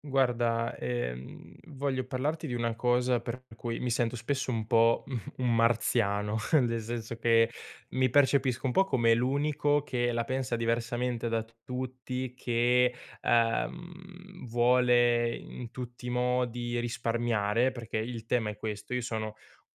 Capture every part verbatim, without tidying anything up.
Guarda, ehm, voglio parlarti di una cosa per cui mi sento spesso un po' un marziano, nel senso che mi percepisco un po' come l'unico che la pensa diversamente da tutti, che ehm, vuole in tutti i modi risparmiare, perché il tema è questo. Io sono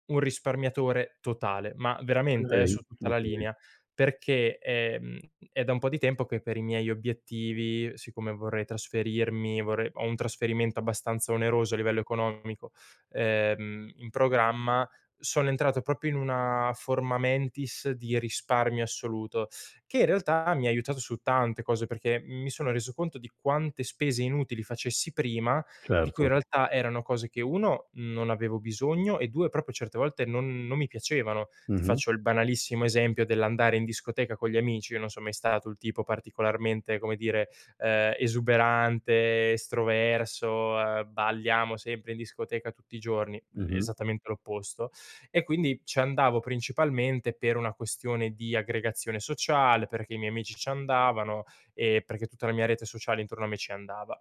un risparmiatore totale, ma veramente eh, Okay, su tutta la okay, linea, perché, ehm, è da un po' di tempo che per i miei obiettivi, siccome vorrei trasferirmi, vorrei ho un trasferimento abbastanza oneroso a livello economico, ehm, in programma, sono entrato proprio in una forma mentis di risparmio assoluto, che in realtà mi ha aiutato su tante cose, perché mi sono reso conto di quante spese inutili facessi prima di cui certo. in realtà erano cose che uno non avevo bisogno e due proprio certe volte non non mi piacevano. Ti Mh-mh, faccio il banalissimo esempio dell'andare in discoteca con gli amici, io non son mai stato il tipo particolarmente, come dire, ehm, esuberante, estroverso, ehm, balliamo sempre in discoteca tutti i giorni, l mh-mh, esattamente l'opposto. E quindi ci andavo principalmente per una questione di aggregazione sociale, perché i miei amici ci andavano e perché tutta la mia rete sociale intorno a me ci andava.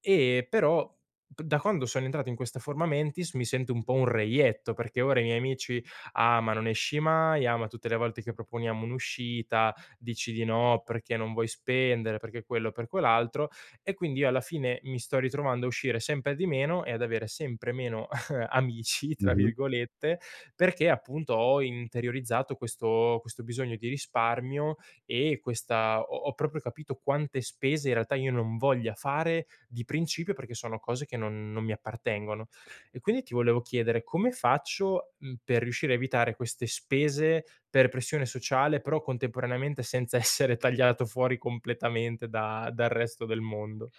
E però p da quando sono entrato in questa forma mentis mi sento un po' un reietto, perché ora i miei amici: "Ah, ma non esci mai, ah, ma tutte le volte che proponiamo un'uscita dici di no perché non vuoi spendere, perché quello, per quell'altro". E quindi io alla fine mi sto ritrovando a uscire sempre di meno e ad avere sempre meno "amici", tra mh-mh. virgolette, perché appunto ho interiorizzato questo questo bisogno di risparmio e questa ho ho proprio capito quante spese in realtà io non voglia fare di principio perché sono cose che non non mi appartengono. E quindi ti volevo chiedere come faccio, mhmm, per riuscire a evitare queste spese per pressione sociale, però contemporaneamente senza essere tagliato fuori completamente da dal resto del mondo?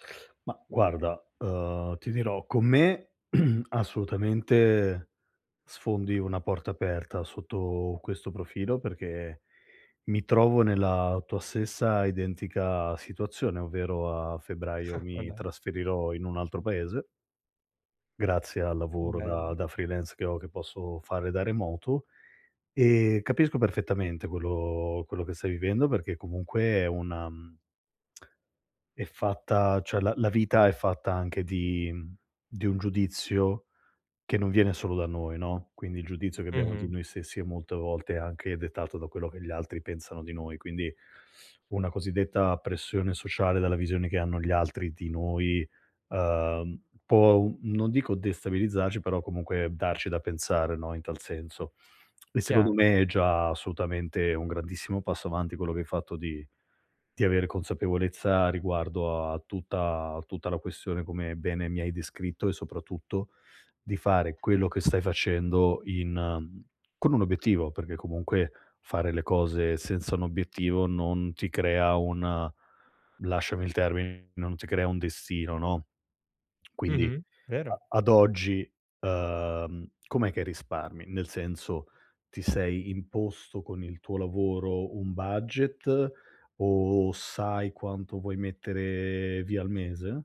Ma guarda, uhm, ti dirò, con me assolutamente sfondi una porta aperta sotto questo profilo, perché mi trovo nella tua stessa identica situazione, ovvero a febbraio Ma mi dai, trasferirò in un altro paese, grazie al lavoro da bello. da freelance che ho, che posso fare da remoto, e capisco perfettamente quello quello che stai vivendo, perché comunque è una, mhmm è fatta, cioè la la vita è fatta anche di mhmm, di un giudizio che non viene solo da noi, no, quindi il giudizio che abbiamo di Mh-mh, noi stessi è molte volte anche dettato da quello che gli altri pensano di noi, quindi una cosiddetta pressione sociale dalla visione che hanno gli altri di noi, uhm, può non dico destabilizzarci, però comunque darci da pensare, no, in tal senso. E secondo chiaro. me è già assolutamente un grandissimo passo avanti quello che hai fatto di di avere consapevolezza riguardo a tutta a tutta la questione, come bene mi hai descritto, e soprattutto di fare quello che stai facendo in mhmm, con un obiettivo, perché comunque fare le cose senza un obiettivo non ti crea un, lasciami il termine, non ti crea un destino, no, quindi Mh-mh, a vero. ad oggi, uhm, com'è che risparmi? Nel senso, ti sei imposto con il tuo lavoro un budget o sai quanto vuoi mettere via al mese?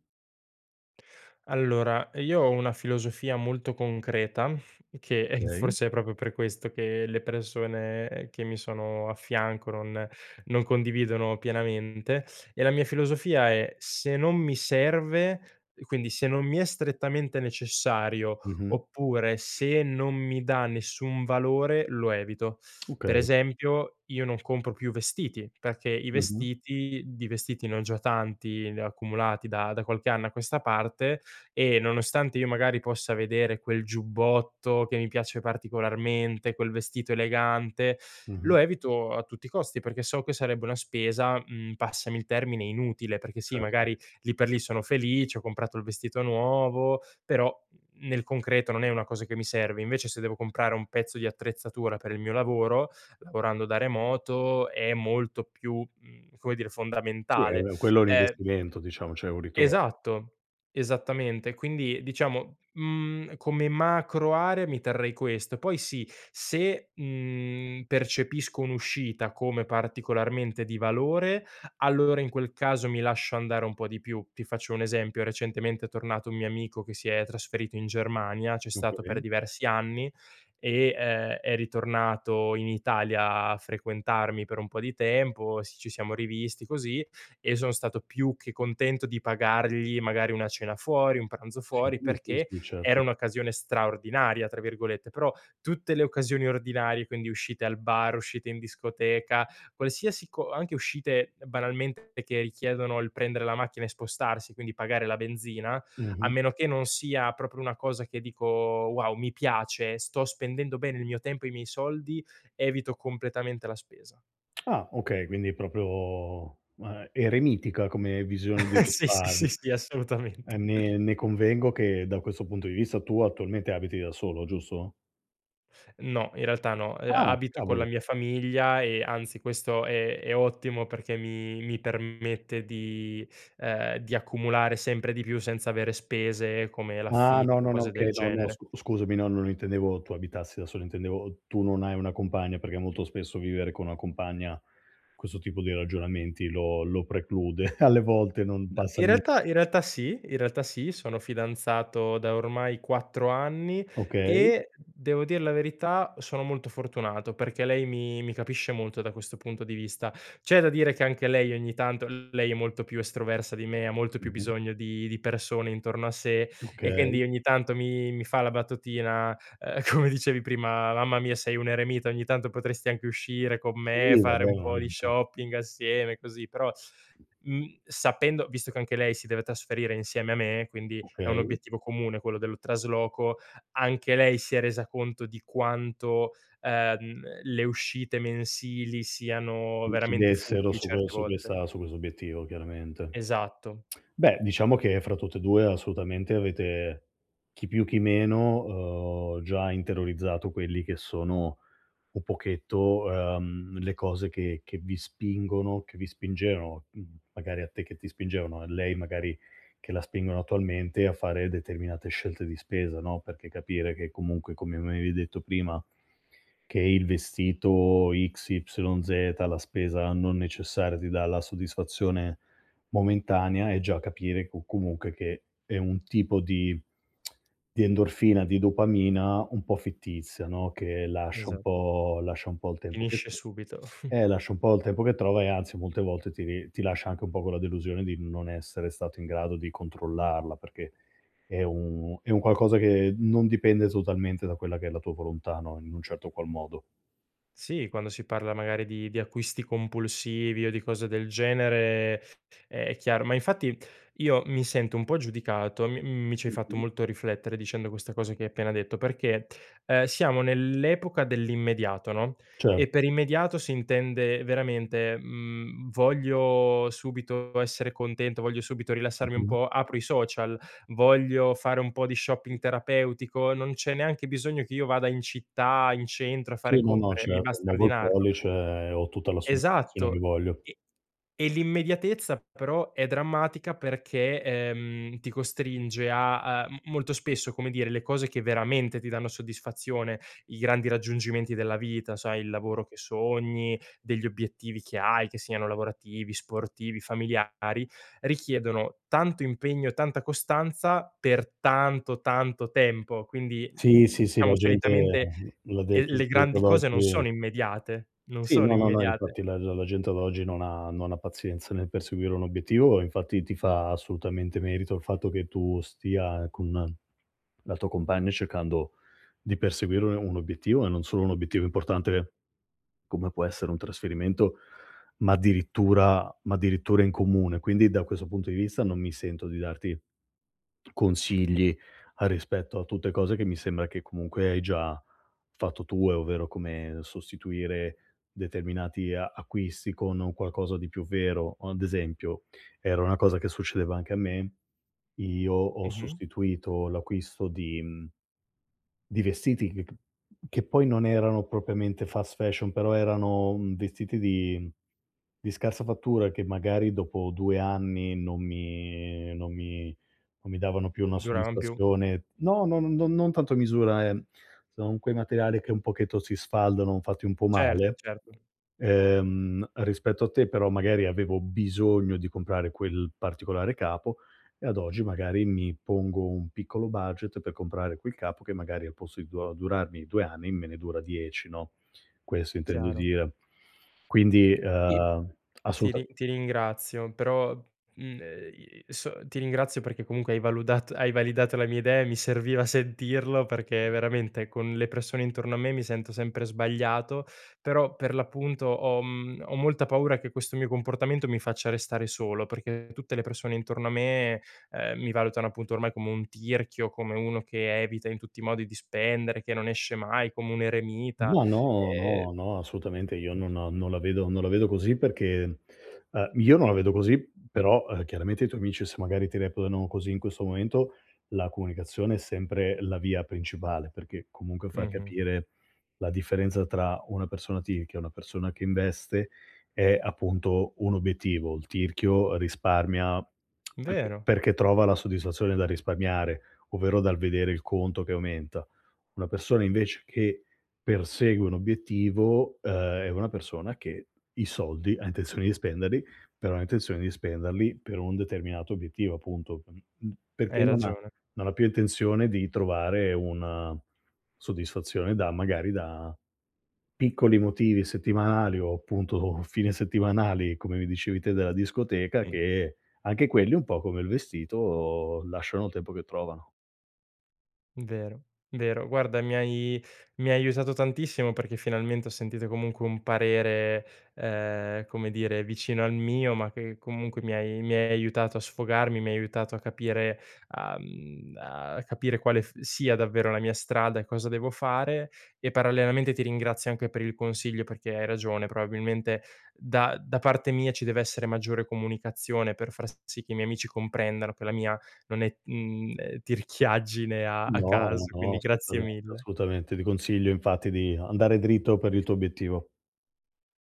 Allora, io ho una filosofia molto concreta che eh, Okay. forse è proprio per questo che le persone che mi sono a fianco non, non condividono pienamente. E la mia filosofia è se non mi serve, quindi se non mi è strettamente necessario, Mh-mh. oppure se non mi dà nessun valore, lo evito. Per Okay. esempio, io non compro più vestiti, perché i Mh-mh. vestiti, di vestiti ne ho già tanti eh, accumulati da, da qualche anno a questa parte e nonostante io magari possa vedere quel giubbotto che mi piace particolarmente, quel vestito elegante, Mh-mh. lo evito a tutti i costi perché so che sarebbe una spesa, mhmm, passami il termine, inutile, perché sì, Certo. magari lì per lì sono felice, ho comprato il vestito nuovo, però nel concreto non è una cosa che mi serve. Invece se devo comprare un pezzo di attrezzatura per il mio lavoro, lavorando da remoto, è molto più, mhmm, come dire, Sì, fondamentale. è quello è un Ehm investimento, diciamo, c'è un ritorno. Esatto, esattamente. Quindi diciamo, mhmm, come macro area mi terrei questo. Poi sì, se, mhmm, percepisco un'uscita come particolarmente di valore, allora in quel caso mi lascio andare un po' di più. Ti faccio un esempio: recentemente è tornato un mio amico che si è trasferito in Germania, c'è stato per Okay. diversi anni e, ehm, è ritornato in Italia a frequentarmi per un po' di tempo, s ci siamo rivisti così e sono stato più che contento di pagargli magari una cena fuori, un pranzo Sì, fuori, sì, perché sì, certo. era un'occasione "straordinaria" tra virgolette, però tutte le occasioni ordinarie, quindi uscite al bar, uscite in discoteca, qualsiasi co anche uscite banalmente che richiedono il prendere la macchina e spostarsi, quindi pagare la benzina, a Mh-mh. meno che non sia proprio una cosa che dico: "Wow, mi piace, sto spendendo bene il mio tempo e i miei soldi", evito completamente la spesa. Ah, okay, quindi proprio, uhm, eremitica come visione di Sì, sì, sì, risparmio. sì, assolutamente. Eh, ne ne convengo che da questo punto di vista tu attualmente abiti da solo, giusto? No, in realtà no. Ehm, Ah, abito con la cavolo. mia famiglia e anzi questo è è ottimo perché mi mi permette di ehm, di accumulare sempre di più senza avere spese come Ah, no, l'affitto, no, no, cose del okay, no, no, genere. scu scusami, no, non intendevo tu abitassi da solo, intendevo tu non hai una compagna, perché molto spesso vivere con una compagna questo tipo di ragionamenti lo lo preclude, alle volte non No, in passami realtà in realtà sì, in realtà sì, sono fidanzato da ormai quattro anni okay, e, devo dir la verità, sono molto fortunato perché lei mi mi capisce molto da questo punto di vista. C'è da dire che anche lei ogni tanto lei è molto più estroversa di me, ha molto più mh-mh, bisogno di di persone intorno a sé e okay. quindi ogni tanto mi mi fa la battutina, ehm, come dicevi prima: "Mamma mia sei un eremita, ogni tanto potresti anche uscire con me, Sì, fare vabbè, un ma po' di anche shopping assieme, così." Però Mhmm, sapendo visto che anche lei si deve trasferire insieme a me, quindi è un okay, obiettivo comune quello dello trasloco, anche lei si è resa conto di quanto, ehm, le uscite mensili siano veramente incidessero futili su que certe su volte. questa su questo obiettivo chiaramente. Esatto, Beh, diciamo che fra tutte e due assolutamente avete, chi più chi meno, uhm, già interiorizzato quelli che sono un pochetto, ehm, le cose che che vi spingono che vi spingevano, mhmm, magari a te che ti spingevano, a lei magari che la spingono attualmente a fare determinate scelte di spesa, no, perché capire che comunque, come mi avevi detto prima, che il vestito ics ipsilon zeta, la spesa non necessaria ti dà la soddisfazione momentanea. E già capire co comunque che è un tipo di di endorfina, di dopamina un po' fittizia, no, che lascia un esatto. po' lascia un po' il tempo che Finisce tro subito. eh, lascia un po' il tempo che trova e anzi molte volte ti ri ti lascia anche un po' con la delusione di non essere stato in grado di controllarla, perché è un è un qualcosa che non dipende totalmente da quella che è la tua volontà, no, in un certo qual modo. Sì, quando si parla magari di di acquisti compulsivi o di cose del genere, eh, è chiaro. Ma infatti io mi sento un po' giudicato, mi mi ci hai fatto Mh-mh. molto riflettere dicendo questa cosa che hai appena detto, perché, ehm, siamo nell'epoca dell'immediato, no, Cer e per immediato si intende veramente, mhmm, voglio subito essere contento, voglio subito rilassarmi un mh-mh. po', apro i social, voglio fare un po' di shopping terapeutico, non c'è neanche bisogno che io vada in città, in centro a fare Sì, no, no, compere, mi certo. basta Muovo il ordinarlo. pollice e ho tutta la soddisfazione che Esatto. voglio. E e l'immediatezza però è drammatica perché, ehm, ti costringe a a m molto spesso, come dire, le cose che veramente ti danno soddisfazione, i grandi raggiungimenti della vita, sai, il lavoro che sogni, degli obiettivi che hai, che siano lavorativi, sportivi, familiari, richiedono tanto impegno e tanta costanza per tanto, tanto tempo. Quindi, Sì, mhmm, sì, sì, diciamo la gente solitamente, la de ehm, le gente grandi ad cose non oggi sono immediate, non sì, sono no, no, no, immediate. infatti la la gente ad oggi non ha non ha pazienza nel perseguire un obiettivo. Infatti ti fa assolutamente merito il fatto che tu stia con la tua compagna cercando di perseguire un un obiettivo, e non solo un obiettivo importante come può essere un trasferimento, ma addirittura ma addirittura in comune. Quindi da questo punto di vista non mi sento di darti consigli a rispetto a tutte cose che mi sembra che comunque hai già fatto tue, ovvero come sostituire determinati a acquisti con un qualcosa di più vero. O ad esempio, era una cosa che succedeva anche a me, io ho Mh-mh. sostituito l'acquisto di mhmm, di vestiti che che poi non erano propriamente fast fashion, però erano, mhmm, vestiti di di scarsa fattura che magari dopo due anni non mi non mi non mi davano più una Dura più. soddisfazione. No, no, no, no, non tanto a misura, ehm, sono quei materiali che un pochetto si sfaldano, fatti un po' Certo, male. certo, Ehm, rispetto a te però magari avevo bisogno di comprare quel particolare capo e ad oggi magari mi pongo un piccolo budget per comprare quel capo che magari al posto di du durarmi due anni me ne dura dieci, no, questo intendo chiaro. dire. Quindi, I ehm, Ti assoluta ri ti ringrazio, però, mhmm, ehm, i so ti ringrazio perché comunque hai valudat hai validato la mia idea e mi serviva sentirlo perché veramente con le persone intorno a me mi sento sempre sbagliato, però per l'appunto ho mhmm, ho molta paura che questo mio comportamento mi faccia restare solo, perché tutte le persone intorno a me, ehm, mi valutano appunto ormai come un tirchio, come uno che evita in tutti i modi di spendere, che non esce mai, come un eremita, ma no, ehm no, no, assolutamente io non non la vedo non la vedo così, perché, ehm, io non la vedo così. Però, ehm, chiaramente i tuoi amici se magari ti reputano così in questo momento, la comunicazione è sempre la via principale, perché comunque far mh-mh, capire la differenza tra una persona T I C e una persona che investe è appunto un obiettivo. Il tirchio risparmia perché vero, perché trova la soddisfazione dal risparmiare, ovvero dal vedere il conto che aumenta. Una persona invece che persegue un obiettivo, ehm, è una persona che i soldi ha intenzione di spenderli, però ha intenzione di spenderli per un determinato obiettivo appunto, mhmm, mhmm, perché hai non ha ragione. non ha più intenzione di trovare una soddisfazione da magari da piccoli motivi settimanali o appunto fine settimanali, come mi dicevi te della discoteca, che anche quelli un po' come il vestito lasciano il tempo che trovano. Vero, vero. Guarda, mi hai mi hai aiutato tantissimo perché finalmente ho sentito comunque un parere, ehm, come dire, vicino al mio, ma che comunque mi hai mi hai aiutato a sfogarmi, mi hai aiutato a capire a mhmm, a capire quale f sia davvero la mia strada e cosa devo fare, e parallelamente ti ringrazio anche per il consiglio perché hai ragione, probabilmente da da parte mia ci deve essere maggiore comunicazione per far sì che i miei amici comprendano che la mia non è mhmm, ehm, tirchiaggine a a No, caso, no, quindi grazie assolutamente, mille. assolutamente. Ti consiglio infatti di andare dritto per il tuo obiettivo.